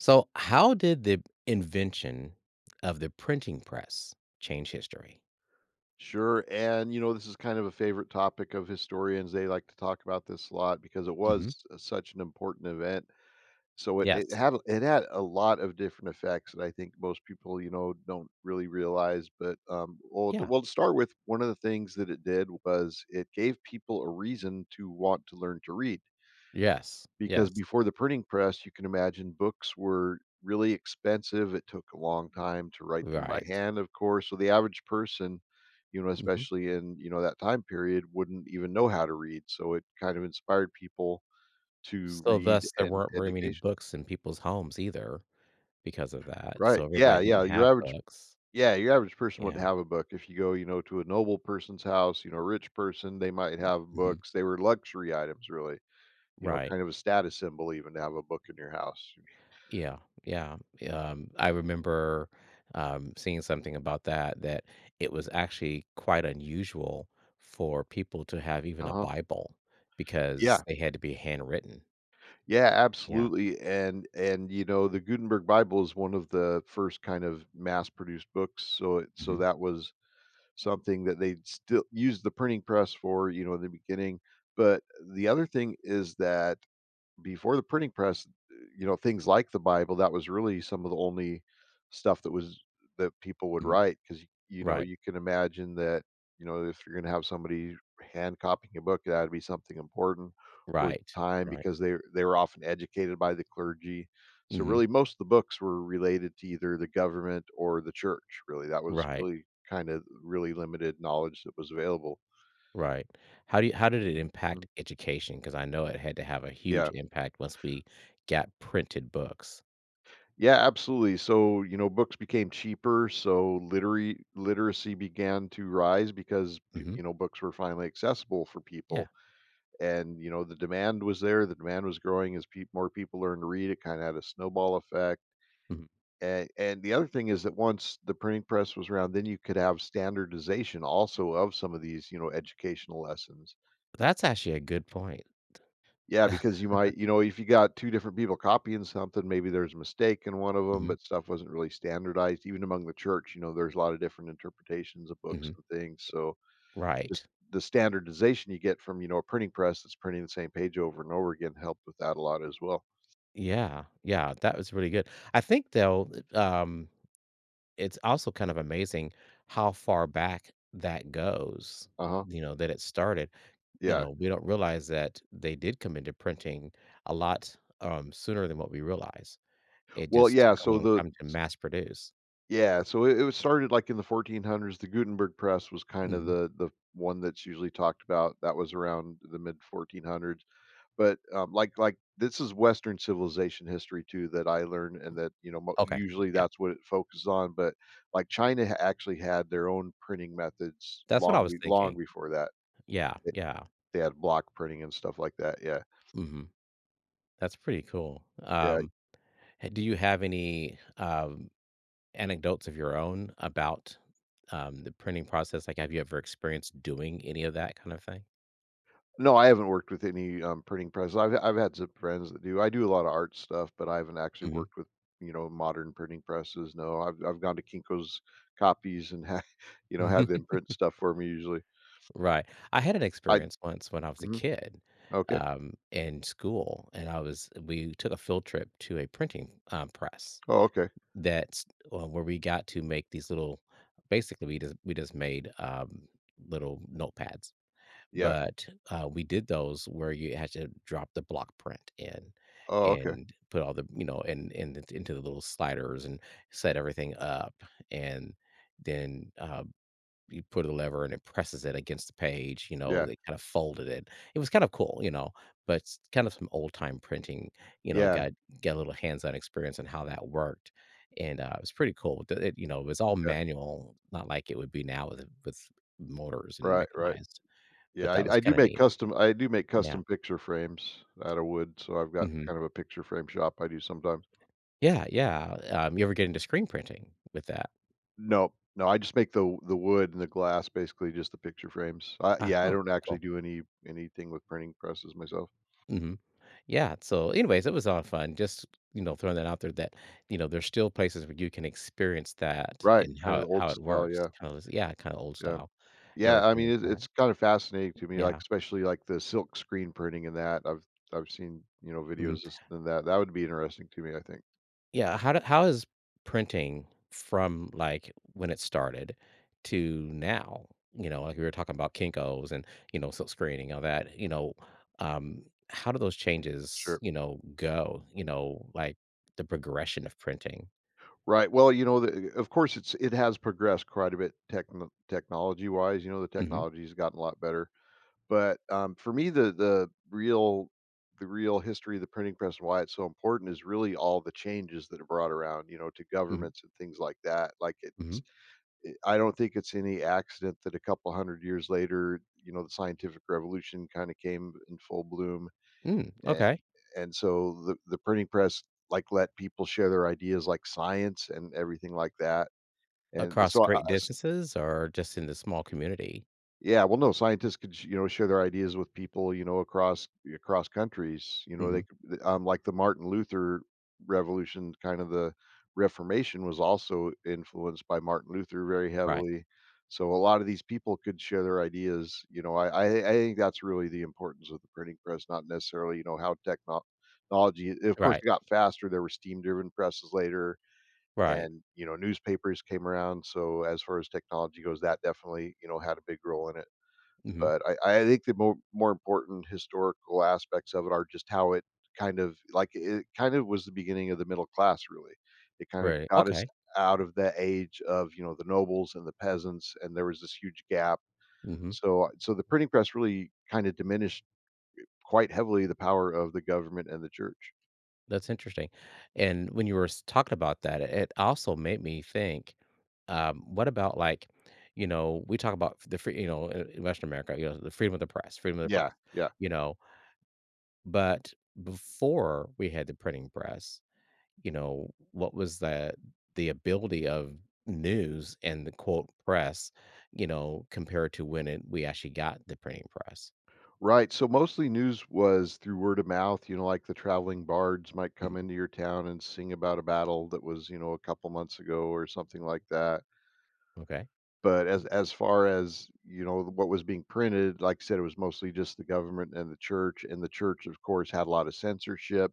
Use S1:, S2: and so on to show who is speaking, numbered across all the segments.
S1: So, how did the invention of the printing press change history?
S2: Sure, and you know, this is kind of a favorite topic of historians. They like to talk about this a lot because it was
S1: hmm
S2: such an important event. So it, it
S1: Yes.
S2: had it had a lot of different effects that I think most people, you know, don't really realize. But um, well, th-
S1: Yeah.
S2: well, to start with, one of the things that it did was it gave people a reason to want to learn to read.
S1: Yes.
S2: Because
S1: Yes.
S2: before the printing press, you can imagine books were really expensive, it took a long time to write them by
S1: Right.
S2: hand, of course, so the average person, you know,
S1: hmm
S2: especially in, you know, that time period, wouldn't even know how to read, so it kind of inspired people to
S1: So,
S2: read
S1: thus, there
S2: and
S1: weren't very many
S2: education.
S1: books in people's homes either because of that.
S2: Right,
S1: So, everybody
S2: yeah,
S1: didn't have books.
S2: yeah, your average person wouldn't
S1: Yeah.
S2: have a book. If you go, you know, to a noble person's house, you know, a rich person, they might have
S1: hmm
S2: books. They were luxury items really, you know,
S1: Right.
S2: kind of a status symbol even to have a book in your house.
S1: Yeah, yeah. I remember seeing something about that, it was actually quite unusual for people to have even a
S2: Uh-huh.
S1: Bible because
S2: Yeah.
S1: they had to be handwritten.
S2: Yeah,
S1: Yeah.
S2: absolutely, and you know, the Gutenberg Bible is one of the first kind of mass-produced books, so
S1: hmm
S2: that was something that they still used the printing press for, you know, in the beginning, but the other thing is that before the printing press, you know, things like the Bible, that was really some of the only stuff that was that people would
S1: hmm
S2: write because you know
S1: Right,
S2: you can imagine that you know if you're going to have somebody hand copying a book, that'd be something important worth
S1: right,
S2: time
S1: right.
S2: because they were often educated by the clergy. So
S1: hmm
S2: really, most of the books were related to either the government or the church. Really, that was
S1: Right,
S2: really kind of really limited knowledge that was available.
S1: right. How did it
S2: Mm.
S1: impact education? Because I know it had to have a huge
S2: Yeah.
S1: impact once we got printed books.
S2: Yeah, absolutely. So, you know, books became cheaper, so literary literacy began to rise because
S1: hmm
S2: you know books were finally accessible for
S1: Yeah.
S2: people, and you know the demand was there. The demand was growing as peop more people learned to read. It kind of had a snowball effect.
S1: hmm
S2: And the other thing is that once the printing press was around, then you could have standardization also of some of these, you know, educational lessons.
S1: That's actually a good point.
S2: Yeah, because you might you know, if you got 2 different people copying something, maybe there's a mistake in one of them.
S1: hmm
S2: But stuff wasn't really standardized even among the church, you know, there's a lot of different interpretations of books
S1: hmm
S2: and things, so
S1: Right.
S2: just the standardization you get from, you know, a printing press that's printing the same page over and over again helped with that a lot as well.
S1: Yeah, yeah, that was really good. I think though, it's also kind of amazing how far back that goes,
S2: Uh-huh.
S1: you know, that it started. You
S2: Yeah.
S1: know, we don't realize that they did come into printing a lot sooner than what we realize. It
S2: Well,
S1: just
S2: yeah,
S1: took a
S2: so
S1: long
S2: the
S1: time to mass produce.
S2: yeah, so it was started, like, in the 1400s. The Gutenberg press was kind of
S1: hmm
S2: the one that's usually talked about, that was around the mid 1400s. But like, this is Western civilization history too that I learned and that, you know, mo
S1: Okay,
S2: usually
S1: yeah,
S2: that's what it focuses on, but, like, China ha actually had their own printing methods
S1: that's what I was
S2: long
S1: thinking.
S2: before that.
S1: Yeah,
S2: They
S1: yeah,
S2: they had block printing and stuff like that, yeah.
S1: hmm that's pretty cool.
S2: Yeah.
S1: Do you have any? Anecdotes of your own about, the printing process? Like, have you ever experienced doing any of that kind of thing?
S2: No, I haven't worked with any, printing presses. I've had some friends that do. I do a lot of art stuff, but I haven't actually
S1: Mhm.
S2: worked with, you know, modern printing presses, no. I've gone to Kinko's copies and ha you know, had them print stuff for me usually.
S1: Right. I had an
S2: I
S1: experience once when I was a
S2: Mhm.
S1: kid,
S2: Okay.
S1: in school, and I was we took a field trip to a printing, press
S2: Oh, okay.
S1: that's where we got to make these little basically, we just made, little notepads.
S2: Yeah.
S1: But, we did those where you had to drop the block print in
S2: Oh, okay.
S1: and put all the you know, and it's into the little sliders and set everything up, and then, you put a lever and it presses it against the page, you know,
S2: Yeah.
S1: they kinda folded it. It was kind of cool, you know, but it's kind of some old time printing, you know,
S2: Yeah.
S1: got a little hands-on experience on how that worked, and, it was pretty cool. The it You know, it was all
S2: Yeah.
S1: manual, not like it would be now with motors and
S2: Right, right.
S1: mechanized. But
S2: Yeah,
S1: that was kinda neat.
S2: I do make
S1: Yeah.
S2: custom picture frames out of wood, so I've got
S1: Mhm.
S2: kind of a picture frame shop I do sometimes.
S1: Yeah, yeah. You ever get into screen printing with that?
S2: No, no, I just make the wood and the glass, basically just the picture frames. I
S1: Ah,
S2: Yeah, I
S1: cool,
S2: don't actually
S1: cool.
S2: do anything with printing presses myself.
S1: Mhm. Yeah, so, anyways, it was all fun. Just, you know, throwing that out there that, you know, there's still places where you can experience that
S2: Right,
S1: and
S2: kind of the old
S1: how it
S2: style,
S1: works.
S2: yeah.
S1: Kinda old
S2: Yeah.
S1: style and
S2: Yeah, I
S1: everything
S2: mean,
S1: like
S2: it's
S1: that.
S2: it's kind of fascinating to me, like,
S1: Yeah.
S2: especially, like, the silk screen printing and that. I've seen, you know,
S1: Mhm.
S2: videos just and that. That would be interesting to me, I think.
S1: Yeah, how is printing from, like, when it started to now? You know, like, we were talking about Kinko's and, you know, silk screening, all that, you know, um, how do those changes,
S2: Sure.
S1: you know, go? You know, like, the progression of printing?
S2: Right. Well, you know, the, of course, it has progressed quite a bit technology wise. You know, the
S1: Mhm,
S2: technology's gotten a lot better. But for me, the real history of the printing press and why it's so important is really all the changes that are brought around, you know, to
S1: mhm,
S2: governments and things like that.
S1: mhm.
S2: I don't think it's any accident that a couple hundred years later, you know, the scientific revolution kind of came in full bloom
S1: Mm,
S2: and
S1: Okay.
S2: and so the printing press, like, let people share their ideas, like science and everything like that, and
S1: Across
S2: so I
S1: great distances or just in the small community?
S2: yeah, well, no, scientists could, you know, share their ideas with people, you know, across countries. You know,
S1: Mhm.
S2: they could, like the Martin Luther Revolution, kind of the Reformation was also influenced by Martin Luther very
S1: Right,
S2: heavily. So a lot of these people could share their ideas. You know, I think that's really the importance of the printing press, not necessarily you know how technology. Of course,
S1: right,
S2: it got faster. There were steam driven presses later,
S1: right.
S2: and you know, newspapers came around. So as far as technology goes, that definitely you know had a big role in it.
S1: Mhm.
S2: But I think the more important historical aspects of it are just how it it kind of was the beginning of the middle class, really. It kinda
S1: Right.
S2: got us
S1: Okay.
S2: out of the age of, you know, the nobles and the peasants, and there was this huge gap.
S1: Mhm.
S2: So the printing press really kinda diminished quite heavily the power of the government and the church.
S1: That's interesting, and when you were s talking about that, it also made me think, what about, like, you know, we talk about the free you know, in Western America, you know, the freedom of the press freedom of the
S2: Yeah,
S1: press,
S2: yeah.
S1: you know, but before we had the printing press, you know, what was the ability of news and the, quote, "press," you know, compared to when it we actually got the printing press?
S2: Right, so mostly news was through word of mouth, you know, like the traveling bards might come
S1: Mhm,
S2: into your town and sing about a battle that was, you know, a couple months ago or something like that.
S1: okay.
S2: But as far as, you know, what was being printed, like I said, it was mostly just the government and the church, of course, had a lot of censorship.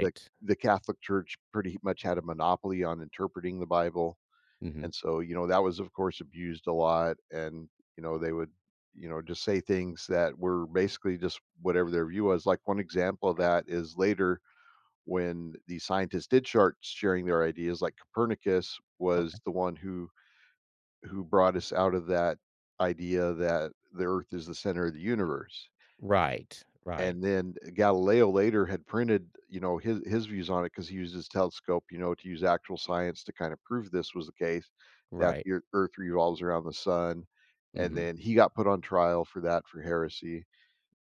S2: The the Catholic Church pretty much had a monopoly on interpreting the Bible,
S1: Mhm,
S2: and so, you know, that was, of course, abused a lot, and, you know, they would, you know, just say things that were basically just whatever their view was. Like, one example of
S1: right,
S2: that is later when the scientists did start sharing their ideas, like Copernicus
S1: okay.
S2: was the one who brought us out of that idea that the earth is the center of the universe.
S1: Right, right,
S2: And then Galileo later had printed, you know, his views on it because he used his telescope, you know, to use actual science to kind of prove this was the case that
S1: right.
S2: the earth revolves around the sun. And
S1: Mhm.
S2: then he got put on trial for that for heresy.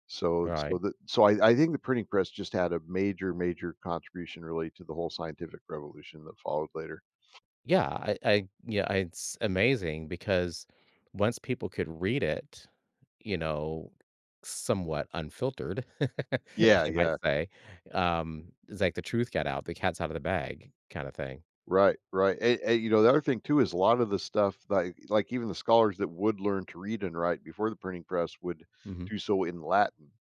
S2: So so
S1: Right.
S2: the so I, I think the printing press just had a major, major contribution really to the whole scientific revolution that followed later.
S1: Yeah, I yeah, it's amazing because once people could read it, you know, somewhat unfiltered,
S2: Yeah,
S1: you might
S2: yeah.
S1: say, it's like the truth got out, the cat's out of the bag kinda thing.
S2: Right, right, and you know, the other thing too is a lot of the stuff, like even the scholars that would learn to read and write before the printing press would
S1: Mhm.
S2: do so in Latin.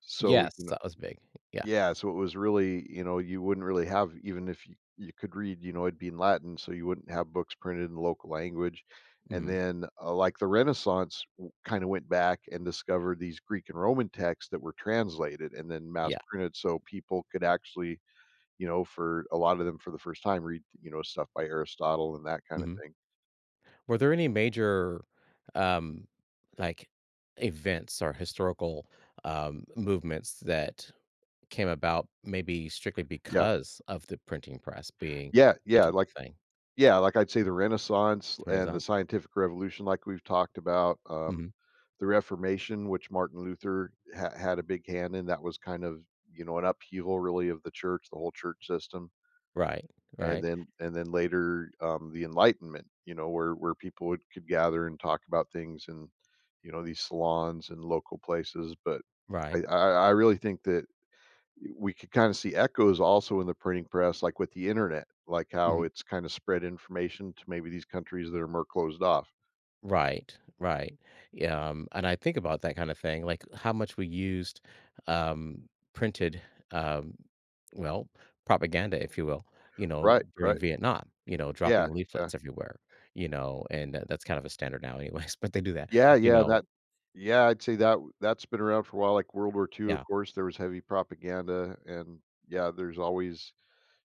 S2: So,
S1: Yes,
S2: you know
S1: that was big. Yeah.
S2: yeah, so it was really you know, you wouldn't really have even if you could read, you know, it'd be in Latin, so you wouldn't have books printed in the local language, and
S1: Mhm.
S2: then, like the Renaissance kinda went back and discovered these Greek and Roman texts that were translated and then mass
S1: Yeah.
S2: printed so people could actually you know, for a lot of them for the first time, read, you know, stuff by Aristotle and that kind of
S1: Mhm.
S2: thing.
S1: Were there any major, um, like, events or historical, movements that came about maybe strictly
S2: Yeah.
S1: because of the printing press being
S2: Yeah,
S1: such
S2: yeah,
S1: a big
S2: like
S1: thing,
S2: yeah, like I'd say the Renaissance
S1: the
S2: and the
S1: Renaissance.
S2: scientific revolution like we've talked about,
S1: Mhm.
S2: the Reformation, which Martin Luther ha had a big hand in, that was kind of, you know, an upheaval really of the church, the whole church system.
S1: Right,
S2: And
S1: right,
S2: then and then later, the Enlightenment, you know, where people would could gather and talk about things in, you know, these salons and local places, but I
S1: right.
S2: I I really think that we could kind of see echoes also in the printing press, like with the internet, like how
S1: Mhm.
S2: it's kind of spread information to maybe these countries that are more closed off.
S1: Right, right. Yeah, and I think about that kinda thing, like how much we used, printed, um, well, propaganda, if you will, you know,
S2: Right,
S1: during
S2: right.
S1: Vietnam, you know,
S2: Yeah,
S1: dropping
S2: yeah.
S1: leaflets everywhere, you know, and that that's kind of a standard now anyways, but they do that,
S2: Yeah,
S1: you
S2: yeah,
S1: know?
S2: I'd say that w that's been around for a while, like World War II. Of
S1: Yeah.
S2: course, there was heavy propaganda and, yeah, there's always,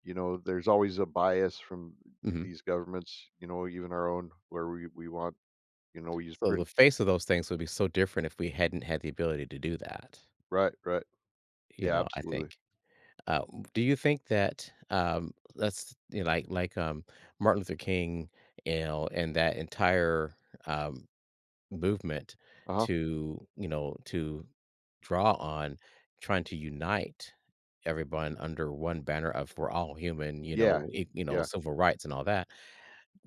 S2: there's always a bias from
S1: Mhm.
S2: these governments, you know, even our own, where we want, we use
S1: So the
S2: print.
S1: face of those things would be so different if we hadn't had the ability to do that,
S2: Right, right.
S1: you
S2: Yeah,
S1: know, I think.
S2: absolutely.
S1: W Do you think that, that's you know, like, Martin Luther King, you know, and that entire, um, movement
S2: Uh-huh.
S1: to, you know, to draw on trying to unite everyone under one banner of we're all human, you
S2: Yeah.
S1: know, e you know,
S2: Yeah.
S1: civil rights and all that.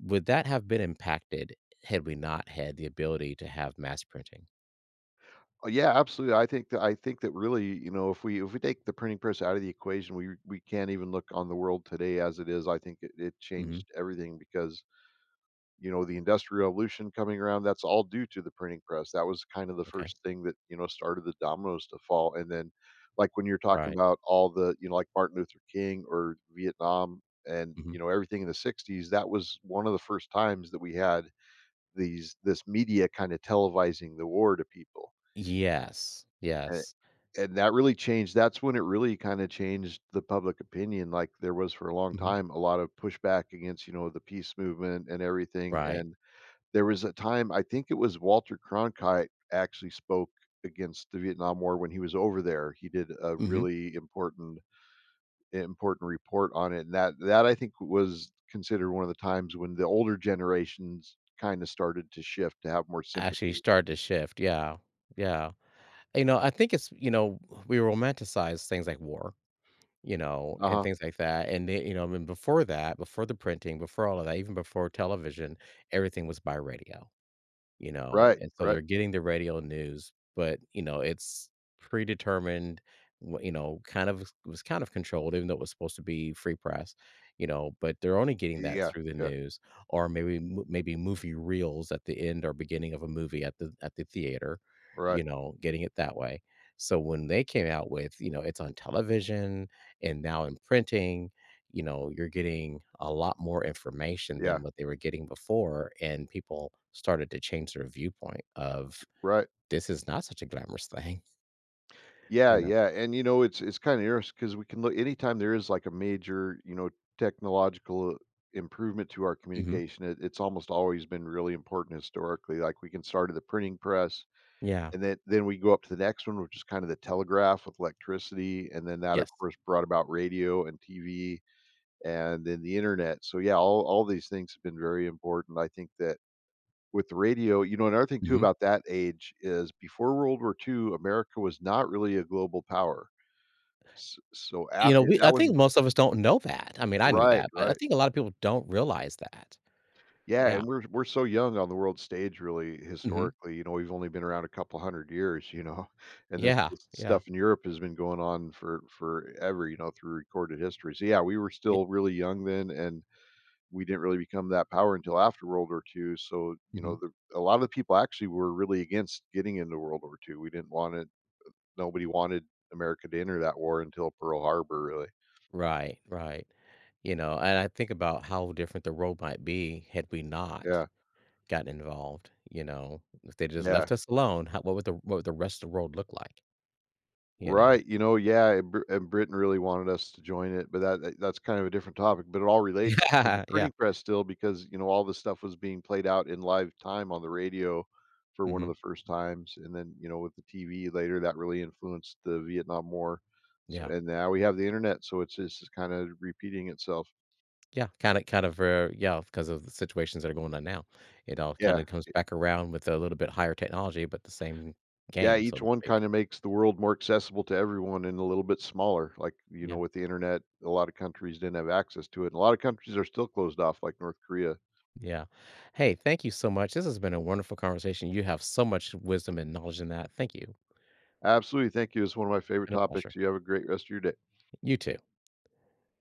S1: Would that have been impacted had we not had the ability to have mass printing?
S2: Oh, yeah, absolutely. I think that really, you know, if we take the printing press out of the equation, we can't even look on the world today as it is. I think it
S1: Mhm.
S2: changed everything because you know the industrial revolution coming around. That's all due to the printing press. That was kind of the
S1: Okay.
S2: first thing that started the dominoes to fall. And then, like when you're talking
S1: Right.
S2: about all the like Martin Luther King or Vietnam and
S1: Mhm.
S2: you know everything in the '60s, that was one of the first times that we had these this media kind of televising the war to people,
S1: Yes. Yes.
S2: and that really changed. That's when it really kinda changed the public opinion. Like, there was for a long
S1: Mhm.
S2: time a lot of pushback against, you know, the peace movement and everything,
S1: Right.
S2: and there was a time, I think it was Walter Cronkite actually spoke against the Vietnam War when he was over there. He did a
S1: Mhm.
S2: really important report on it, and that I think was considered one of the times when the older generations kinda started to shift to have more
S1: Actually
S2: sympathy.
S1: started to shift. Yeah. Yeah. You know, I think it's you know, we romanticize things like war, you know, and
S2: Uh-huh.
S1: things like that, and then, you know, I mean, before that, before the printing, before all of that, even before television, everything was by radio. You know,
S2: Right,
S1: and so
S2: right.
S1: they're getting the radio news, but, you know, it's predetermined, you know, kind of was kind of controlled, even though it was supposed to be free press, you know, but they're only getting that
S2: Yeah,
S1: through the
S2: yeah,
S1: news or maybe maybe movie reels at the end or beginning of a movie at the theater,
S2: right,
S1: you know, getting it that way. So when they came out with, you know, it's on television and now in printing, you know, you're getting a lot more information
S2: yeah,
S1: than what they were getting before, and people started to change their viewpoint of
S2: right.
S1: this is not such a glamorous thing, you
S2: Yeah,
S1: know?
S2: yeah, and you know, it's kind of interesting because we can look anytime there is like a major, you know, technological improvement to our
S1: Mhm.
S2: communication. It's almost always been really important historically. Like we can start at the printing press,
S1: Yeah.
S2: and then we go up to the next one, which is kind of the telegraph with electricity, and then that of
S1: Yes.
S2: course brought about radio and TV, and then the internet. So yeah, all these things have been very important. I think that with the radio, you know, another thing too
S1: Mhm.
S2: about that age is before World War Two, America was not really a global power. S So
S1: You
S2: out
S1: know,
S2: and
S1: we I
S2: that
S1: think
S2: wasn't.
S1: most of us don't know that. I mean, I knew
S2: Right,
S1: that, but I
S2: right.
S1: think a lot of people don't realize that.
S2: Yeah,
S1: Yeah.
S2: and we're so young on the world stage, really
S1: Mhm.
S2: historically, you know, we've only been around a couple 100 years, you know, and
S1: Yeah,
S2: this
S1: yeah,
S2: stuff in Europe has been going on for forever, you know, through recorded history. So, yeah, we were
S1: yeah.
S2: still really young then, and we didn't really become that power until after World War Two. So, you know,
S1: Mhm.
S2: the a lot of the people actually were really against getting into World War Two. We didn't want it, nobody wanted America to enter that war until Pearl Harbor, really.
S1: Right, right. You know, and I think about how different the road might be had we not
S2: Yeah.
S1: got involved, you know? If they just left
S2: Yeah.
S1: us alone, how what would the rest of the world look like, you know?
S2: Right, you know, yeah, and Br and Britain really wanted us to join it, but that's kind of a different topic, but it all relates to the
S1: Yeah.
S2: printing press still because, you know, all this stuff was being played out in live time on the radio for one of
S1: Mhm.
S2: the first times, and then, you know, with the TV later, that really influenced the Vietnam War, so
S1: Yeah.
S2: and now we have the internet, so it's just kinda repeating itself.
S1: Yeah, kind of, yeah, because of the situations that are going on now. It all
S2: Yeah.
S1: kinda comes back around with a little bit higher technology, but the same
S2: Yeah,
S1: game, so
S2: each
S1: to
S2: one
S1: speak.
S2: kinda makes the world more accessible to everyone and a little bit smaller. Like, you know,
S1: Yeah.
S2: with the Internet, a lot of countries didn't have access to it, and a lot of countries are still closed off, like North Korea.
S1: Yeah. Hey, thank you so much. This has been a wonderful conversation. You have so much wisdom and knowledge in that. Thank you.
S2: Absolutely, thank you. It's one of my favorite
S1: Been a pleasure.
S2: topics. You have a great rest of your day.
S1: You too.